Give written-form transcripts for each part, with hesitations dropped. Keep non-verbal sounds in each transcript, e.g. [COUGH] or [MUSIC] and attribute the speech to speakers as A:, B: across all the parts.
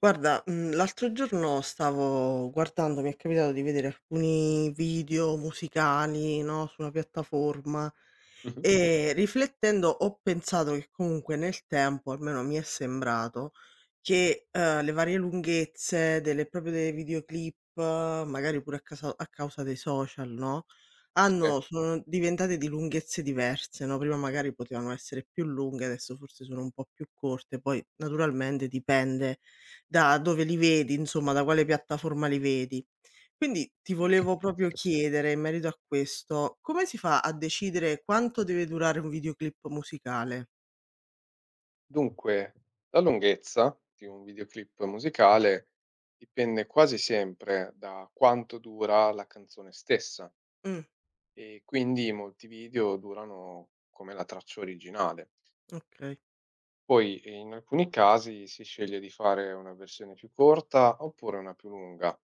A: Guarda, l'altro giorno stavo guardando mi è capitato di vedere alcuni video musicali, no, su una piattaforma
B: Mh-mh.
A: e riflettendo ho pensato che comunque nel tempo, almeno mi è sembrato, che, le varie lunghezze delle proprio dei videoclip, magari pure a casa a causa dei social, no,
B: Sì.
A: hanno sono diventate di lunghezze diverse, no, prima magari potevano essere più lunghe, adesso forse sono un po' più corte, poi naturalmente dipende da dove li vedi, insomma, da quale piattaforma li vedi. Quindi ti volevo proprio chiedere in merito a questo, come si fa a decidere quanto deve durare un videoclip musicale?
B: Dunque, la lunghezza di un videoclip musicale dipende quasi sempre da quanto dura la canzone stessa
A: Mh,
B: e quindi molti video durano come la traccia originale.
A: okay.
B: Poi, in alcuni casi si sceglie di fare una versione più corta oppure una più lunga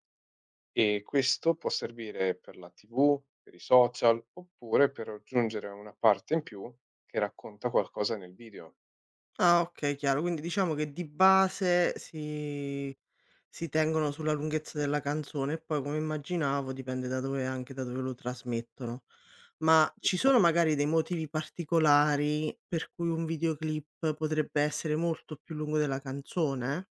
B: e questo può servire per la TV, per i social oppure per aggiungere una parte in più che racconta qualcosa nel video,
A: Ah, okay, chiaro. Quindi diciamo che di base si si tengono sulla lunghezza della canzone e poi come immaginavo dipende da dove anche da dove lo trasmettono. Ma ci
B: giusto?
A: sono magari dei motivi particolari per cui un videoclip potrebbe essere molto più lungo della canzone?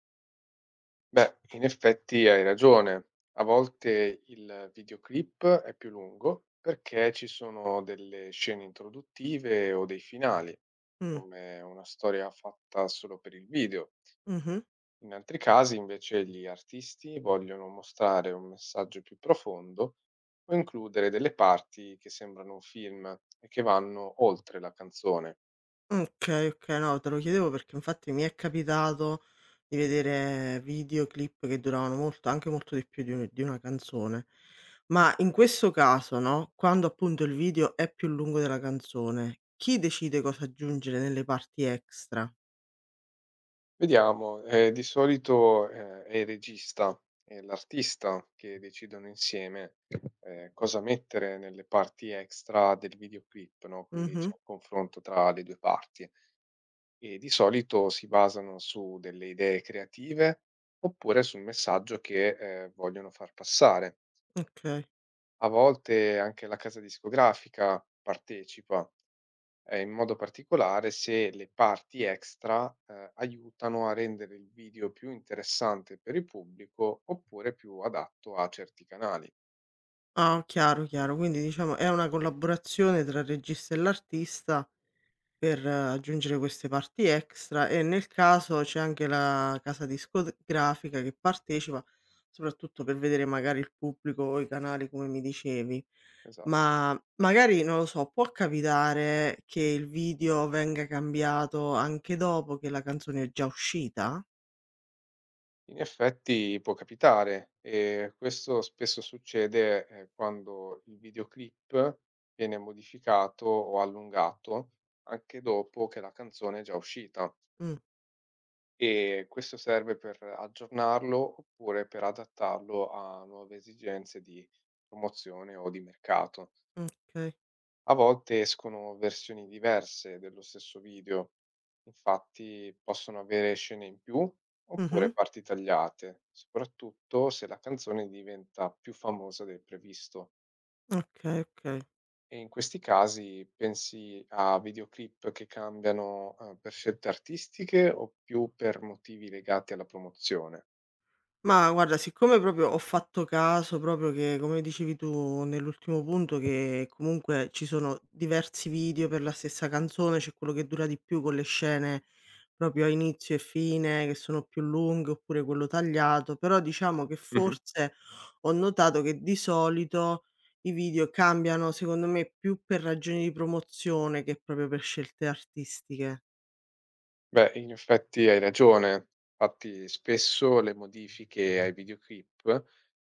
B: Beh, in effetti hai ragione. A volte il videoclip è più lungo perché ci sono delle scene introduttive o dei finali,
A: Mh.
B: come una storia fatta solo per il video.
A: Mh-mh.
B: In altri casi, invece, gli artisti vogliono mostrare un messaggio più profondo o includere delle parti che sembrano un film e che vanno oltre la canzone.
A: Okay, okay. No, te lo chiedevo perché infatti mi è capitato di vedere videoclip che duravano molto, anche molto di più di un di una canzone. Ma in questo caso, no, quando appunto il video è più lungo della canzone, chi decide cosa aggiungere nelle parti extra?
B: Vediamo, di solito, è il regista e l'artista che decidono insieme, cosa mettere nelle parti extra del videoclip, no, quindi c'è
A: Mh-mh.
B: un confronto tra le due parti e di solito si basano su delle idee creative oppure sul messaggio che, vogliono far passare.
A: Okay.
B: A volte anche la casa discografica partecipa, in modo particolare se le parti extra, aiutano a rendere il video più interessante per il pubblico oppure più adatto a certi canali.
A: Ah, chiaro, chiaro. Quindi diciamo è una collaborazione tra il regista e l'artista per aggiungere queste parti extra e nel caso c'è anche la casa discografica che partecipa, soprattutto per vedere magari il pubblico o i canali come mi dicevi.
B: Esatto.
A: Ma magari, non lo so, può capitare che il video venga cambiato anche dopo che la canzone è già uscita?
B: In effetti può capitare e questo spesso succede, quando il videoclip viene modificato o allungato anche dopo che la canzone è già uscita.
A: Mh,
B: E questo serve per aggiornarlo oppure per adattarlo a nuove esigenze di promozione o di mercato.
A: okay.
B: A volte escono versioni diverse dello stesso video, infatti possono avere scene in più oppure
A: Mh-mh.
B: parti tagliate, soprattutto se la canzone diventa più famosa del previsto.
A: Okay, okay.
B: E in questi casi pensi a videoclip che cambiano per scelte artistiche o più per motivi legati alla promozione?
A: Ma guarda, siccome proprio ho fatto caso proprio che, come dicevi tu nell'ultimo punto, che comunque ci sono diversi video per la stessa canzone, c'è quello che dura di più con le scene proprio a inizio e fine, che sono più lunghe, oppure quello tagliato, però diciamo che forse ho notato che di solito i video cambiano, secondo me, più per ragioni di promozione che proprio per scelte artistiche.
B: Beh, in effetti hai ragione. Infatti, spesso le modifiche ai videoclip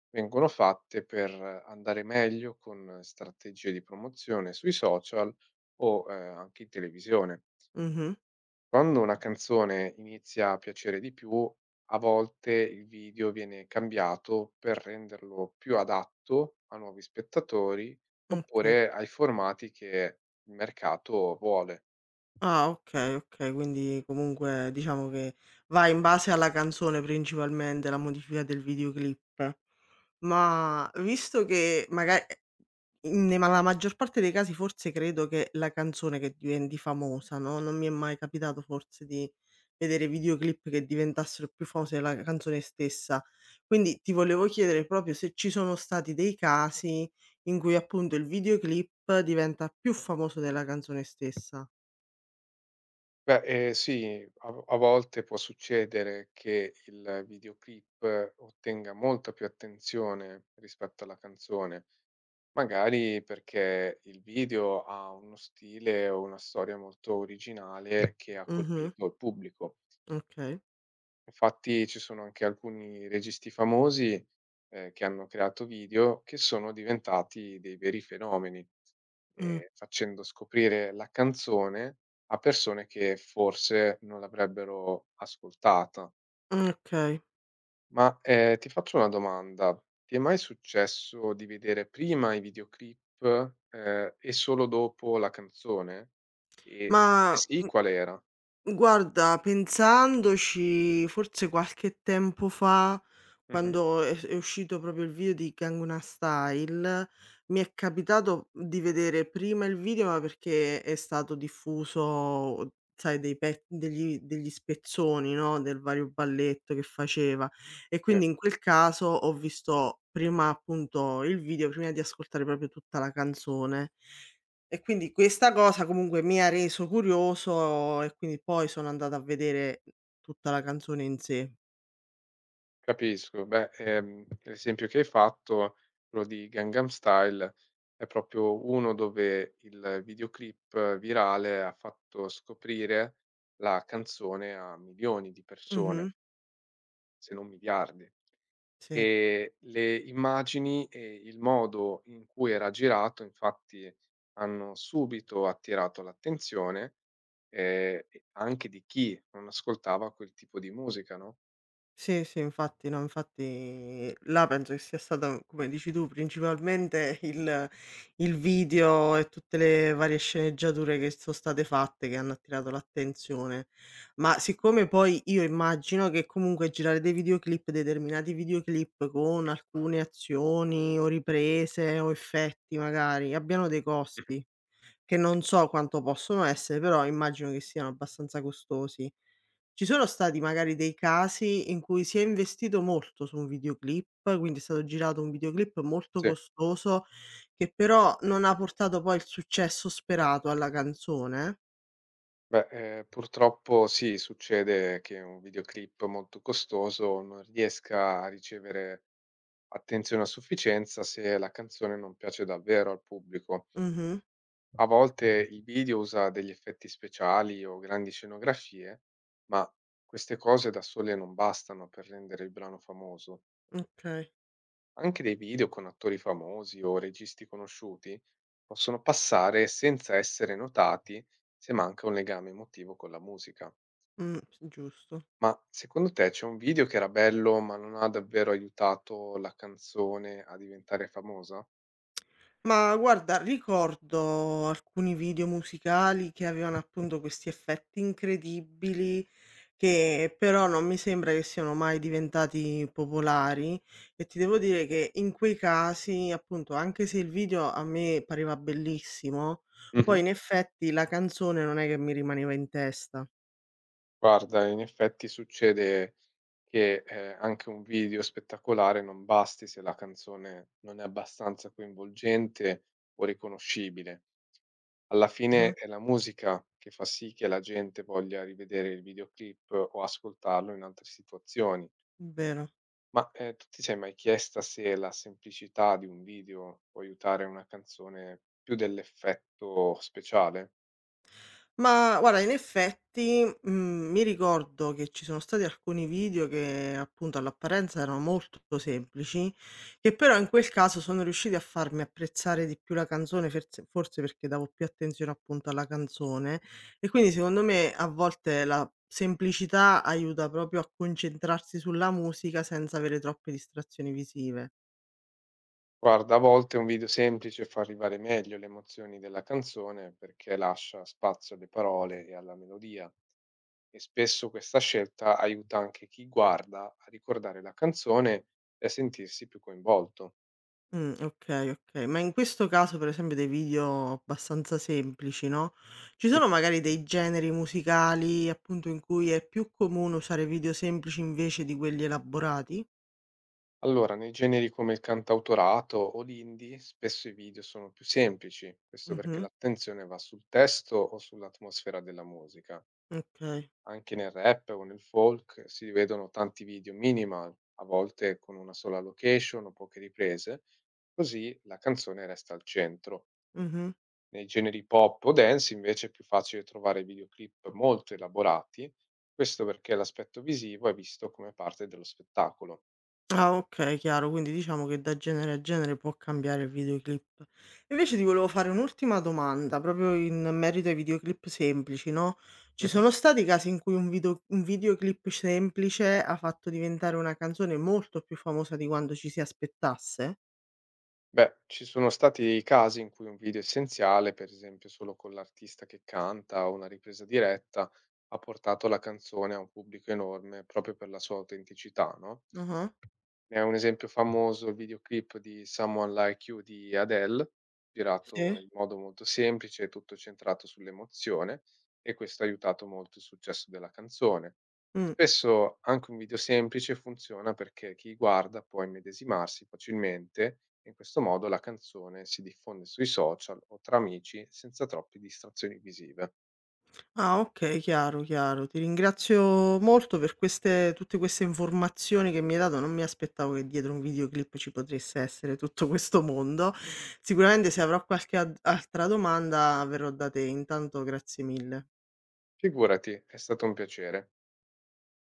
B: vengono fatte per andare meglio con strategie di promozione sui social o anche in televisione.
A: Mh-mh,
B: Quando una canzone inizia a piacere di più, a volte il video viene cambiato per renderlo più adatto a nuovi spettatori
A: okay.
B: oppure ai formati che il mercato vuole.
A: Ah, okay, okay. Quindi comunque diciamo che va in base alla canzone principalmente la modifica del videoclip. Ma visto che maga in nella maggior parte dei casi forse credo che la canzone che diventi famosa, no, non mi è mai capitato forse di vedere videoclip che diventassero più famose della canzone stessa. Quindi ti volevo chiedere proprio se ci sono stati dei casi in cui appunto il videoclip diventa più famoso della canzone stessa.
B: Beh, sì, a volte può succedere che il videoclip ottenga molta più attenzione rispetto alla canzone, magari perché il video ha uno stile o una storia molto originale che ha
A: Mh-mh.
B: colpito il pubblico.
A: Okay.
B: Infatti ci sono anche alcuni registi famosi, che hanno creato video che sono diventati dei veri fenomeni,
A: Mh,
B: facendo scoprire la canzone a persone che forse non l'avrebbero ascoltata.
A: okay.
B: Ma, ti faccio una domanda: ti è mai successo di vedere prima i videoclip, e solo dopo la canzone? E se
A: Ma,
B: sì, qual era?
A: guarda pensandoci forse qualche tempo fa,
B: Mh-mh,
A: quando è s è uscito proprio il video di Gangnam Style, mi è capitato di vedere prima il video, ma perché è stato diffuso, sai, dei pe degli degli spezzoni, no, del vario balletto che faceva e
B: sì.
A: quindi in quel caso ho visto prima appunto il video, prima di ascoltare proprio tutta la canzone. E quindi questa cosa comunque mi ha reso curioso e quindi poi sono andata a vedere tutta la canzone in sé.
B: Capisco. Beh, l'esempio che hai fatto, quello di Gangnam Style, è proprio uno dove il videoclip virale ha fatto scoprire la canzone a milioni di
A: Mh-mh,
B: persone, se non miliardi.
A: sì.
B: E le immagini e il modo in cui era girato, infatti, hanno subito attirato l'attenzione, e anche di chi non ascoltava quel tipo di musica, no?
A: Sì, sì, infatti, no, infatti là penso che sia stata, come dici tu, principalmente [LAUGHS] il video e tutte le varie sceneggiature che so' state fatte che hanno attirato l'attenzione. Ma siccome poi io immagino che comunque girare dei videoclip, determinati videoclip con alcune azioni o riprese o effetti magari abbiano dei
B: Mh-mh.
A: costi. Che non so quanto possono essere, però immagino che siano abbastanza costosi. Ci sono stati magari dei casi in cui si è investito molto su un videoclip, quindi è stato girato un videoclip molto
B: Sì.
A: costoso, che però non ha portato poi il successo sperato alla canzone?
B: Beh, purtroppo sì, succede che un videoclip molto costoso non riesca a ricevere attenzione a sufficienza se la canzone non piace davvero al pubblico.
A: Mh-mh,
B: A volte il video usa degli effetti speciali o grandi scenografie, ma queste cose da sole non bastano per rendere il brano famoso.
A: okay,
B: Anche dei video con attori famosi o registi conosciuti possono passare senza essere notati se manca un legame emotivo con la musica.
A: s giusto.
B: Ma secondo te c'è un video che era bello, ma non ha davvero aiutato la canzone a diventare famosa?
A: Ma guarda, ricordo alcuni video musicali che avevano appunto questi effetti incredibili, che però non mi sembra che siano mai diventati popolari e ti devo dire che in quei casi, appunto, anche se il video a me pareva bellissimo, poi
B: Mh-mh.
A: in effetti la canzone non è che mi rimaneva in testa.
B: Guarda, in effetti succede che, anche un video spettacolare non basti se la canzone non è abbastanza coinvolgente o riconoscibile. Alla
A: Mh-mh,
B: fine è la musica che fa sì che la gente voglia rivedere il videoclip o ascoltarlo in altre situazioni.
A: vero.
B: Ma, tu ti sei mai chiesta se la semplicità di un video può aiutare una canzone più dell'effetto speciale?
A: Ma guarda, in effetti, mi ricordo che ci sono stati alcuni video che, appunto, all'apparenza erano molto semplici, che però in quel caso sono riusciti a farmi apprezzare di più la canzone, ferse forse perché davo più attenzione, appunto, alla canzone e quindi secondo me a volte la semplicità aiuta proprio a concentrarsi sulla musica senza avere troppe distrazioni visive.
B: Guarda, a volte un video semplice fa arrivare meglio le emozioni della canzone perché lascia spazio alle parole e alla melodia e spesso questa scelta aiuta anche chi guarda a ricordare la canzone e a sentirsi più coinvolto.
A: Okay, okay. Ma in questo caso, per esempio, dei video abbastanza semplici, no, ci sono magari dei generi musicali, appunto, in cui è più comune usare video semplici invece di quelli elaborati?
B: Allora, nei generi come il cantautorato o l'indie, spesso i video sono più semplici, questo perché
A: Mh-mh,
B: l'attenzione va sul testo o sull'atmosfera della musica.
A: okay.
B: Anche nel rap o nel folk si vedono tanti video minimal, a volte con una sola location o poche riprese, così la canzone resta al centro.
A: Mh-mh.
B: Nei generi pop o dance invece è più facile trovare videoclip molto elaborati, questo perché l'aspetto visivo è visto come parte dello spettacolo.
A: Ah okay, chiaro, quindi diciamo che da genere a genere può cambiare il videoclip. Invece ti volevo fare un'ultima domanda, proprio in merito ai videoclip semplici, no, ci sono stati casi in cui un video un videoclip semplice ha fatto diventare una canzone molto più famosa di quanto ci si aspettasse?
B: Beh, ci sono stati casi in cui un video essenziale, per esempio solo con l'artista che canta o una ripresa diretta, ha portato la canzone a un pubblico enorme proprio per la sua autenticità, no?
A: Ah-ah.
B: Ne è un esempio famoso il videoclip di "Someone Like You" di Adele, girato
A: Sì?
B: in modo molto semplice e tutto centrato sull'emozione, e questo ha aiutato molto il successo della canzone.
A: Mh.
B: Spesso anche un video semplice funziona perché chi guarda può immedesimarsi facilmente e in questo modo la canzone si diffonde sui social o tra amici senza troppe distrazioni visive.
A: Ah okay, chiaro, chiaro. Ti ringrazio molto per queste tutte queste informazioni che mi hai dato. Non mi aspettavo che dietro un videoclip ci potesse essere tutto questo mondo. Sicuramente se avrò qualche ad altra domanda verrò da te. Intanto grazie mille.
B: Figurati, è stato un piacere.